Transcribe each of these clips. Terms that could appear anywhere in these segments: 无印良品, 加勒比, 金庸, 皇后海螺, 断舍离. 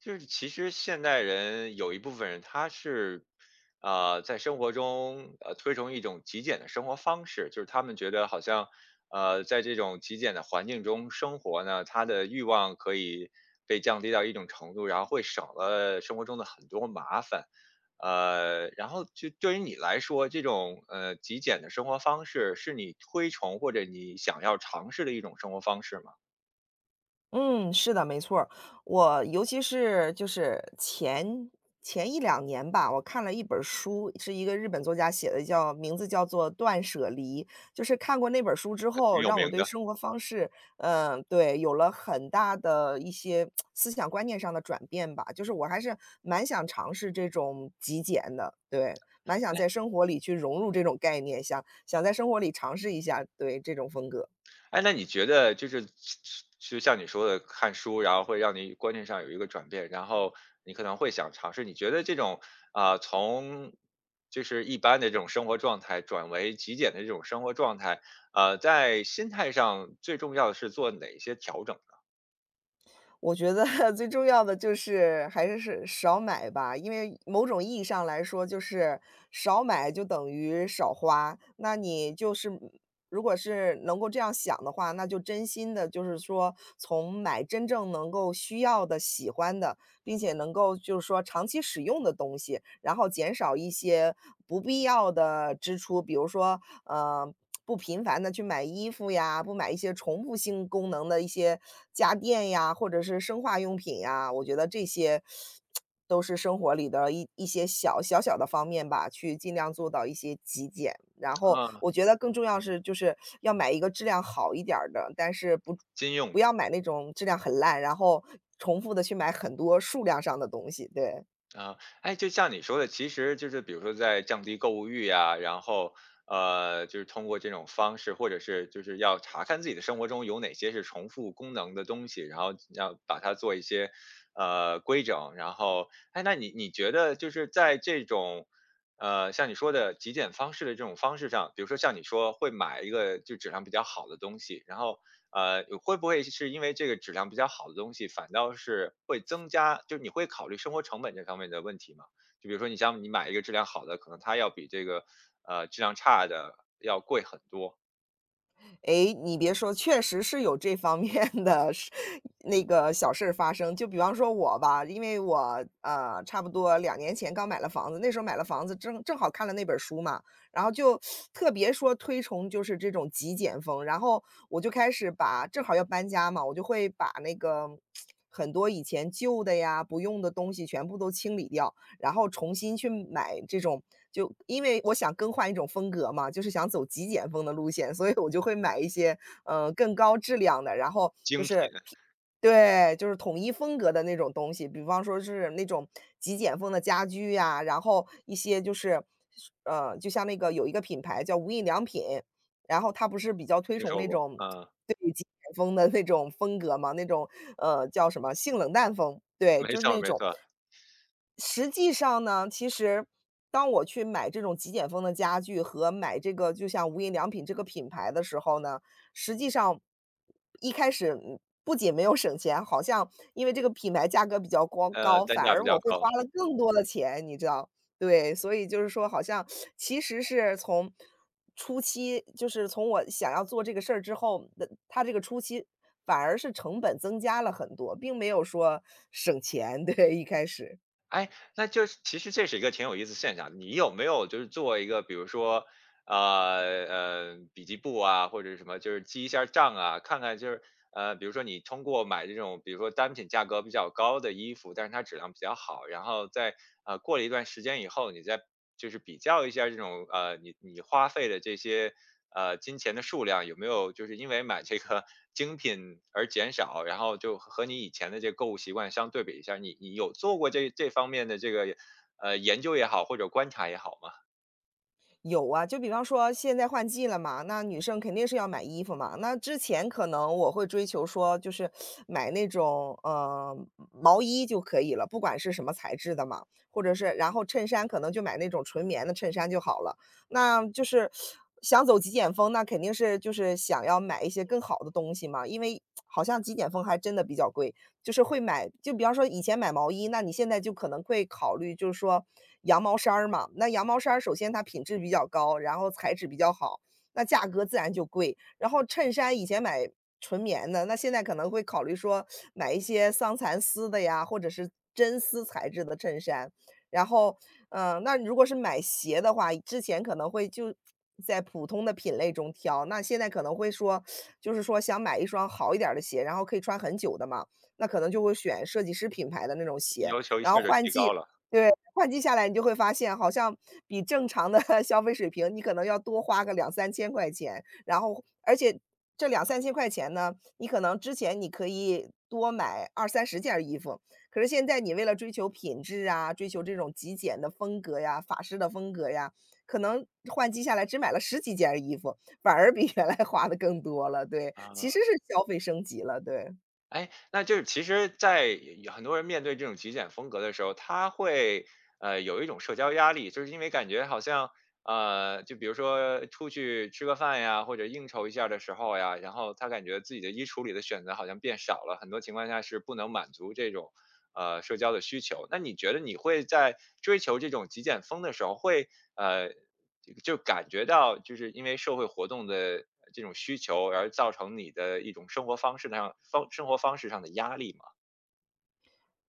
就是其实现代人有一部分人他是，在生活中推崇一种极简的生活方式，就是他们觉得好像，在这种极简的环境中生活呢，他的欲望可以被降低到一种程度，然后会省了生活中的很多麻烦。然后就对于你来说，这种极简的生活方式是你推崇或者你想要尝试的一种生活方式吗？嗯，是的，没错儿。我尤其是就是前一两年吧，我看了一本儿书，是一个日本作家写的，叫名字叫做《断舍离》。就是看过那本儿书之还后，挺有让我名对的。生活方式，嗯、对，有了很大的一些思想观念上的转变吧。就是我还是蛮想尝试这种极简的，对，蛮想在生活里去融入这种概念，想想在生活里尝试一下，对这种风格。哎，那你觉得就像你说的看书，然后会让你观念上有一个转变，然后你可能会想尝试。你觉得这种从就是一般的这种生活状态转为极简的这种生活状态，在心态上最重要的是做哪些调整呢？我觉得 最重要的就是还是少买吧，因为某种意义上来说，就是少买就等于少花。那你就是如果是能够这样想的话，那就真心的，就是说从买真正能够需要的、喜欢的，并且能够就是说长期使用的东西，然后减少一些不必要的支出，比如说，呃，不频繁的去买衣服呀，不买一些重复性功能的一些家电呀，或者是生化用品呀，我觉得这些都是生活里的一些小小的方面吧，去尽量做到一些极简。然后啊、我觉得更重要是就是要买一个质量好一点儿的，但是不金庸不要买那种质量很烂，然后重复的去买很多数量上的东西，对。啊。哎，就像你说的，其实就是比如说在降低购物欲呀，然后就是通过这种方式，或者是就是要查看自己的生活中有哪些是重复功能的东西，然后要把它做一些规整。然后，哎，那你觉得就是在这种像你说的极简方式的这种方式上，比如说像你说会买一个就质量比较好的东西，然后会不会是因为这个质量比较好的东西，反倒是会增加就是你会考虑生活成本这方面的问题吗？就比如说你买一个质量好的，可能它要比这个，质量差的要贵很多。诶，你别说，确实是有这方面的事那个小事儿发生。就比方说我吧，因为我，差不多2年前刚买了房子，那时候买了房子正好看了那本书嘛，然后就特别说推崇就是这种极简风，然后我就开始把正好要搬家嘛，我就会把那个很多以前旧的呀、不用的东西全部都清理掉。然后重新去买这种就因为我想更换一种风格嘛，就是想走极简风的路线，所以我就会买一些，嗯，更高质量的，然后就精品。是对，就是统一风格的那种东西。比方说是那种极简风的家居呀，然后一些就是就像那个有一个品牌叫无印良品，然后它不是比较推听崇说那过，种嗯。对，极简风的那种风格嘛，那种，叫什么性冷淡风，对，没就是错那没种。错。实际上呢，其实当我去买这种极简风的家具和买这个就像无印良品这个品牌的时候呢，实际上一开始不仅没有省钱，好像因为这个品牌价格比较光高，单反价比而我较会花高。了更多的钱，你知道？对，所以就是说，好像其实是从初期，就是从我想要做这个事儿之后的，它这个初期反而是成本增加了很多，并没有说省钱。对，一开始。哎，那就是其实这是一个挺有意思的现象，你有没有就是做一个比如说，笔记簿啊，或者什么，就是记一下账啊，看看就是，比如说你通过买这种，比如说单品价格比较高的衣服，但是它质量比较好，然后在过了一段时间以后，你再就是比较一下这种你花费的这些金钱的数量有没有就是因为买这个 精品而减少，然后就和你以前的这个购物习惯相对比一下你有做过这方面的这个研究也好，或者观察也好吗？有啊，就比方说现在换季了嘛，那女生肯定是要买衣服嘛。那之前可能我会追求说，就是买那种毛衣就可以了，不管是什么材质的嘛，或者是然后衬衫可能就买那种纯棉的衬衫就好了。那就是想走极简风，那肯定是就是想要买一些更好的东西嘛，因为好像极简风还真的比较贵。就是会买就比方说以前买毛衣，那你现在就可能会考虑就是说羊毛衫儿嘛，那羊毛衫儿首先它品质比较高，然后材质比较好，那价格自然就贵。然后衬衫以前买纯棉的，那现在可能会考虑说买一些桑蚕丝的呀，或者是真丝材质的衬衫。然后，那如果是买鞋的话，之前可能会就在普通的品类中挑，那现在可能会说就是说想买一双好一点儿的鞋，然后可以穿很久的嘛。那可能就会选设计师品牌的那种鞋。要求一然后下就换提高季了。对，换季下来你就会发现，好像比正常的 消费水平，你可能要多花个两三千块钱。然后，而且这两三千块钱呢，你可能之前你可以多买二三十件儿衣服，可是现在你为了追求品质啊，追求这种极简的风格呀、法式的风格呀，可能换季下来只买了十几件儿衣服，反而比原来花的更多了。对，其实啊。是消费升级了。对，哎，那就是其实在有很多人面对这种极简风格的时候，他会有一种社交压力，就是因为感觉好像就比如说出去吃个饭呀，或者应酬一下的时候呀，然后他感觉自己的衣橱里的选择好像变少了，很多情况下是不能满足这种社交的需求。那你觉得你会在追求这种极简风的时候，会呃就感觉到就是因为社会活动的这种需求，而造成你的一种生活方式上的压力嘛？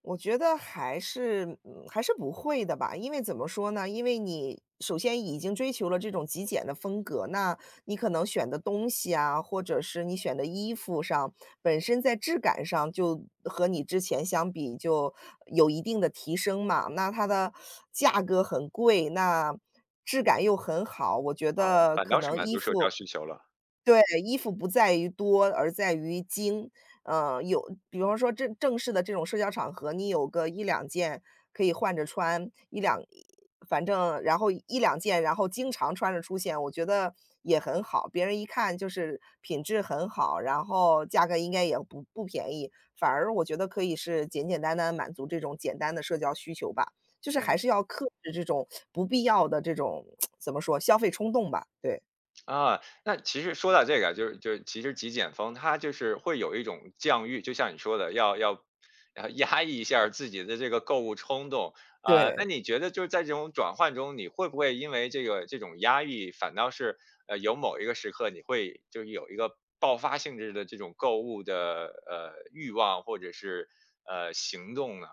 我觉得还是不会的吧。因为怎么说呢？因为你首先已经追求了这种极简的风格，那你可能选的东西啊，或者是你选的衣服上，本身在质感上就和你之前相比就有一定的提升嘛。那它的价格很贵，那质感又很好，我觉啊，得反可倒是能满足社交需求了。对，衣服不在于多，而在于精。有比方说正式的这种社交场合，你有个一两件可以换着穿反正然后一两件，然后经常穿着出现，我觉得也很好。别人一看就是品质很好，然后价格应该也不便宜，反而我觉得可以是简简单单满足这种简单的社交需求吧。就是嗯。还是要克制这种不必要的这种 怎么说，消费冲动吧，对，啊，那其实说到这个啊，就是其实极简风，它就是会有一种降欲，就像你说的，要压抑一下儿自己的这个购物冲动啊。那对。你觉得就是在这种转换中，你会不会因为这种压抑，反倒是有某一个时刻，你会就是有一个爆发性质的这种购物的欲望或者是行动呢？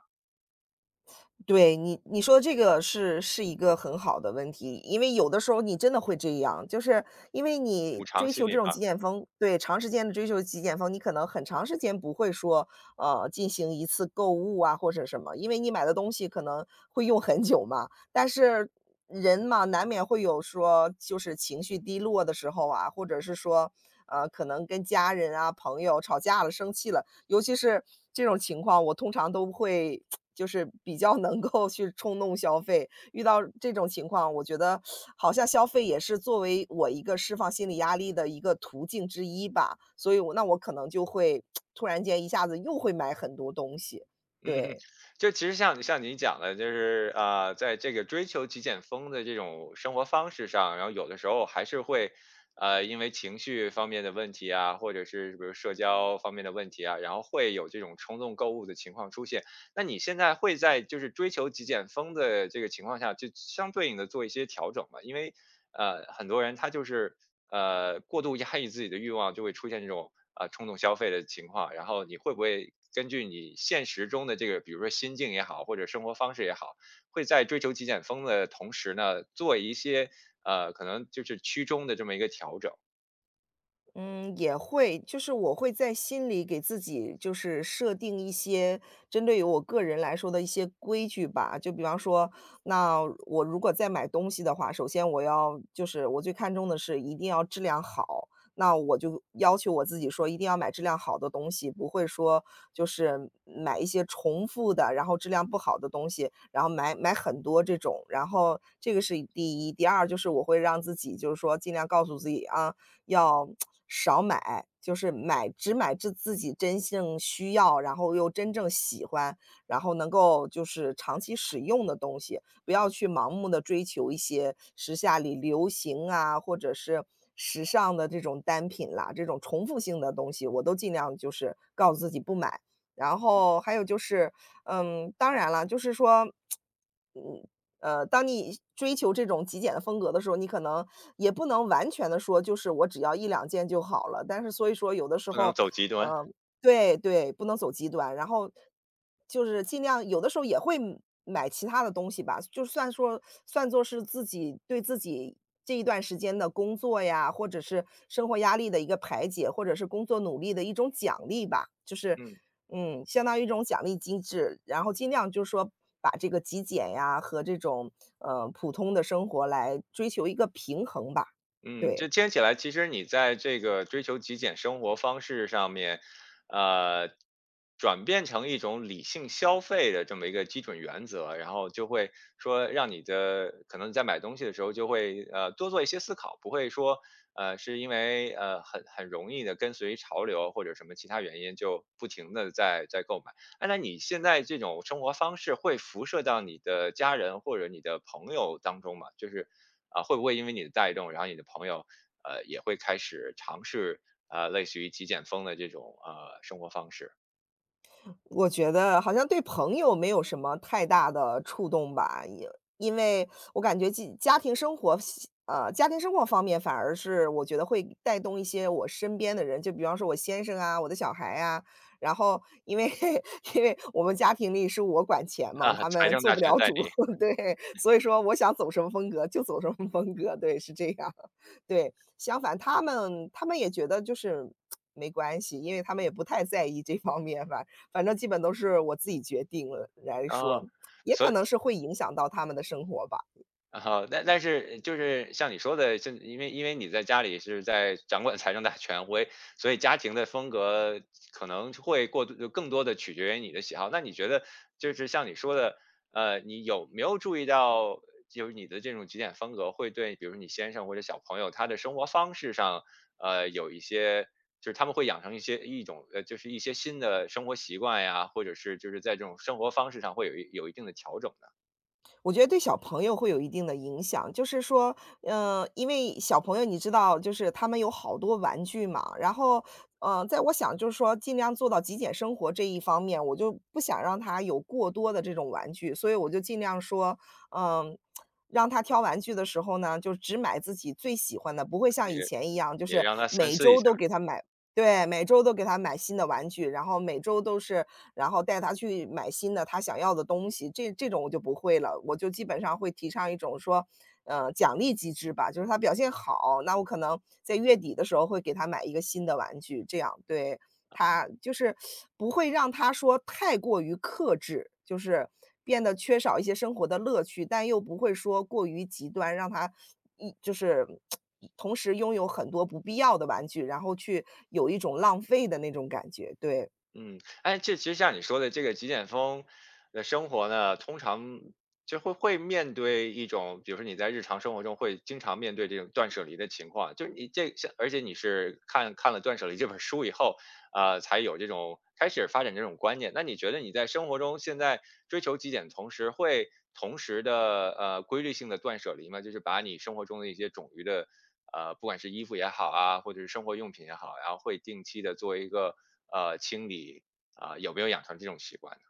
对，你说这个是一个很好的问题，因为有的时候你真的会这样，就是因为补你偿追心求理。这种极简风，对，长时间的追求极简风，你可能很长时间不会说，进行一次购物啊或者什么，因为你买的东西可能会用很久嘛。但是人嘛，难免会有说就是情绪低落的时候啊，或者是说，可能跟家人啊朋友吵架了、生气了，尤其是这种情况，我通常都会就是比较能够去冲动消费。遇到这种情况，我觉得好像消费也是作为我一个释放心理压力的一个途径之一吧，所以那我可能就会突然间一下子又会买很多东西，嗯哼。对。就其实像像你讲的，就是在这个追求极简风的这种生活方式上，然后有的时候还是会，因为情绪方面的问题啊，或者是比如社交方面的问题啊，然后会有这种冲动购物的情况出现。那你现在会在就是追求极简风的这个情况下，就相对应的做一些调整吗？因为很多人他就是过度压抑自己的欲望，就会出现这种冲动消费的情况。然后你会不会根据你现实中的这个，比如说心境也好，或者生活方式也好，会在追求极简风的同时呢，做一些可能就是居中的这么一个调整？嗯，也会，就是我会在心里给自己就是设定一些针对于我个人来说的一些规矩吧。就比方说，那我如果在买东西的话，首先就是我最看重的是一定要质量好，那我就要求我自己说一定要买质量好的东西，不会说就是买一些重复的，然后质量不好的东西，然后买很多这种。然后这个是第一，第二就是我会让自己就是说尽量告诉自己啊。要少买，就是只买自己真正需要，然后又真正喜欢，然后能够就是长期使用的东西，不要去盲目的追求一些时下里流行啊，或者是时尚的这种单品啦，这种重复性的东西，我都尽量就是告诉自己不买。然后还有就是，当然了，就是说，嗯，当你追求这种极简的风格的时候，你可能也不能完全的说，就是我只要一两件就好了。但是所以说有的时不能候，走极端。呃对对，不能走极端。然后就是尽量有的时候也会买其他的东西吧，就算说算作是自己对自己这一段时间的工作呀，或者是生活压力的一个排解，或者是工作努力的一种奖励吧，嗯。相当于一种奖励机制，然后尽量就是说把这个极简呀和这种普通的生活来追求一个平衡吧。嗯，对。这听起来其实你在这个追求极简生活方式上面，呃，转变成一种理性消费的这么一个基准原则，然后就会说让你的可能在买东西的时候就会多做一些思考，不会说是因为很容易的跟随潮流或者什么其他原因就不停的在购买。哎，那你现在这种生活方式会辐射到你的家人或者你的朋友当中吗？就是啊，会不会因为你的带动，然后你的朋友，也会开始尝试，类似于极简风的这种，生活方式？我觉得好像对朋友没有什么太大的触动吧，也因为我感觉家庭生活家庭生活方面反而是我觉得会带动一些我身边的人，就比方说我先生啊，我的小孩啊。然后因为 因为我们家庭里是我管钱嘛，啊，他财们政做大不权了在主，你。 对，所以说我想走什么风格就走什么风格，对，是这样。对，相反他们也觉得就是没关系，因为他们也不太在意这方面吧，反正基本都是我自己决定了来啊，说，哦，也所可以。能是会影响到他们的生活吧。然后但是就是像你说的，就因为你在家里是在掌管财政大权威，所以家庭的风格可能会过度就更多的取决于你的喜好。那你觉得就是像你说的，你有没有注意到，就是你的这种极简风格会对，比如你先生或者小朋友他的生活方式上，有一些就是他们会养成一些一种就是一些新的生活习惯呀，或者是就是在这种生活方式上会有一定的调整呢？我觉得对小朋友会有一定的影响，就是说，嗯，因为小朋友你知道，就是他们有好多玩具嘛，然后，在我想就是说尽量做到极简生活这一方面，我就不想让他有过多的这种玩具，所以我就尽量说，嗯、让他挑玩具的时候呢，就只买自己最喜欢的，不会像以也前一样，就也是让他三每思一周下。都给他买对，每周都给他买新的玩具，然后每周都是然后带他去买新的他想要的东西，这种我就不会了。我就基本上会提倡一种说，呃，奖励机制吧，就是他表现好，那我可能在月底的时候会给他买一个新的玩具，这样，对。他就是不会让他说太过于克制，就是变得缺少一些生活的乐趣，但又不会说过于极端，让他一就是同时拥有很多不必要的玩具，然后去有一种浪费的那种感觉，对。嗯，哎，这其实像你说的这个极简风的生活呢，通常就会面对一种，比如说你在日常生活中会经常面对这种断舍离的情况，就是你这像，而且你是看了《断舍离》这本书以后，才有这种开始发展这种观念。那你觉得你在生活中现在追求极简，同时会同时的规律性的断舍离吗？就是把你生活中的一些冗余的不管是衣服也好啊，或者是生活用品也好，然后会定期的做一个清理，啊、有没有养成这种习惯呢？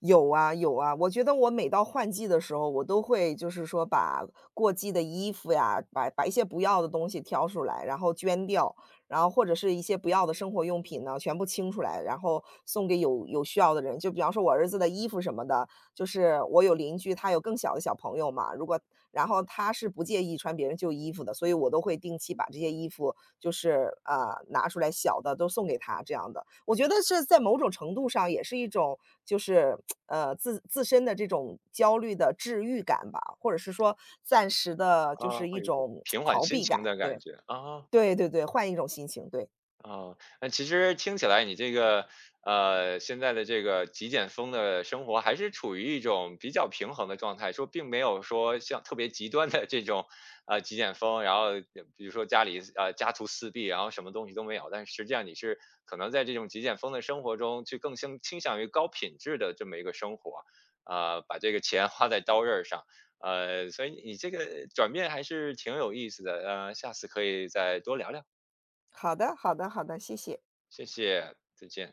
有啊有啊，我觉得我每到换季的时候，我都会就是说把过季的衣服呀，把一些不要的东西挑出来，然后捐掉，然后或者是一些不要的生活用品呢，全部清出来，然后送给有需要的人。就比方说我儿子的衣服什么的，就是我有邻居，他有更小的小朋友嘛，然后他是不介意穿别人旧衣服的，所以我都会定期把这些衣服就是，啊，拿出来小的都送给他这样的。我觉得是在某种程度上也是一种就是，呃，自身的这种焦虑的治愈感吧，或者是说暂时的就啊，是一会有一种种 平缓逃心避感，情的感对，觉啊。对对对，换一种心情，对。哦，那其实听起来你这个，现在的这个极简风的生活还是处于一种比较平衡的状态，说并没有说像特别极端的这种，极简风，然后比如说家里家徒四壁，然后什么东西都没有，但是实际上你是可能在这种极简风的生活中，去更倾向于高品质的这么一个生活，把这个钱 花在刀刃儿上。所以你这个转变还是挺有意思的，下次可以再多聊聊。好的好的好的，谢谢。谢谢，再见。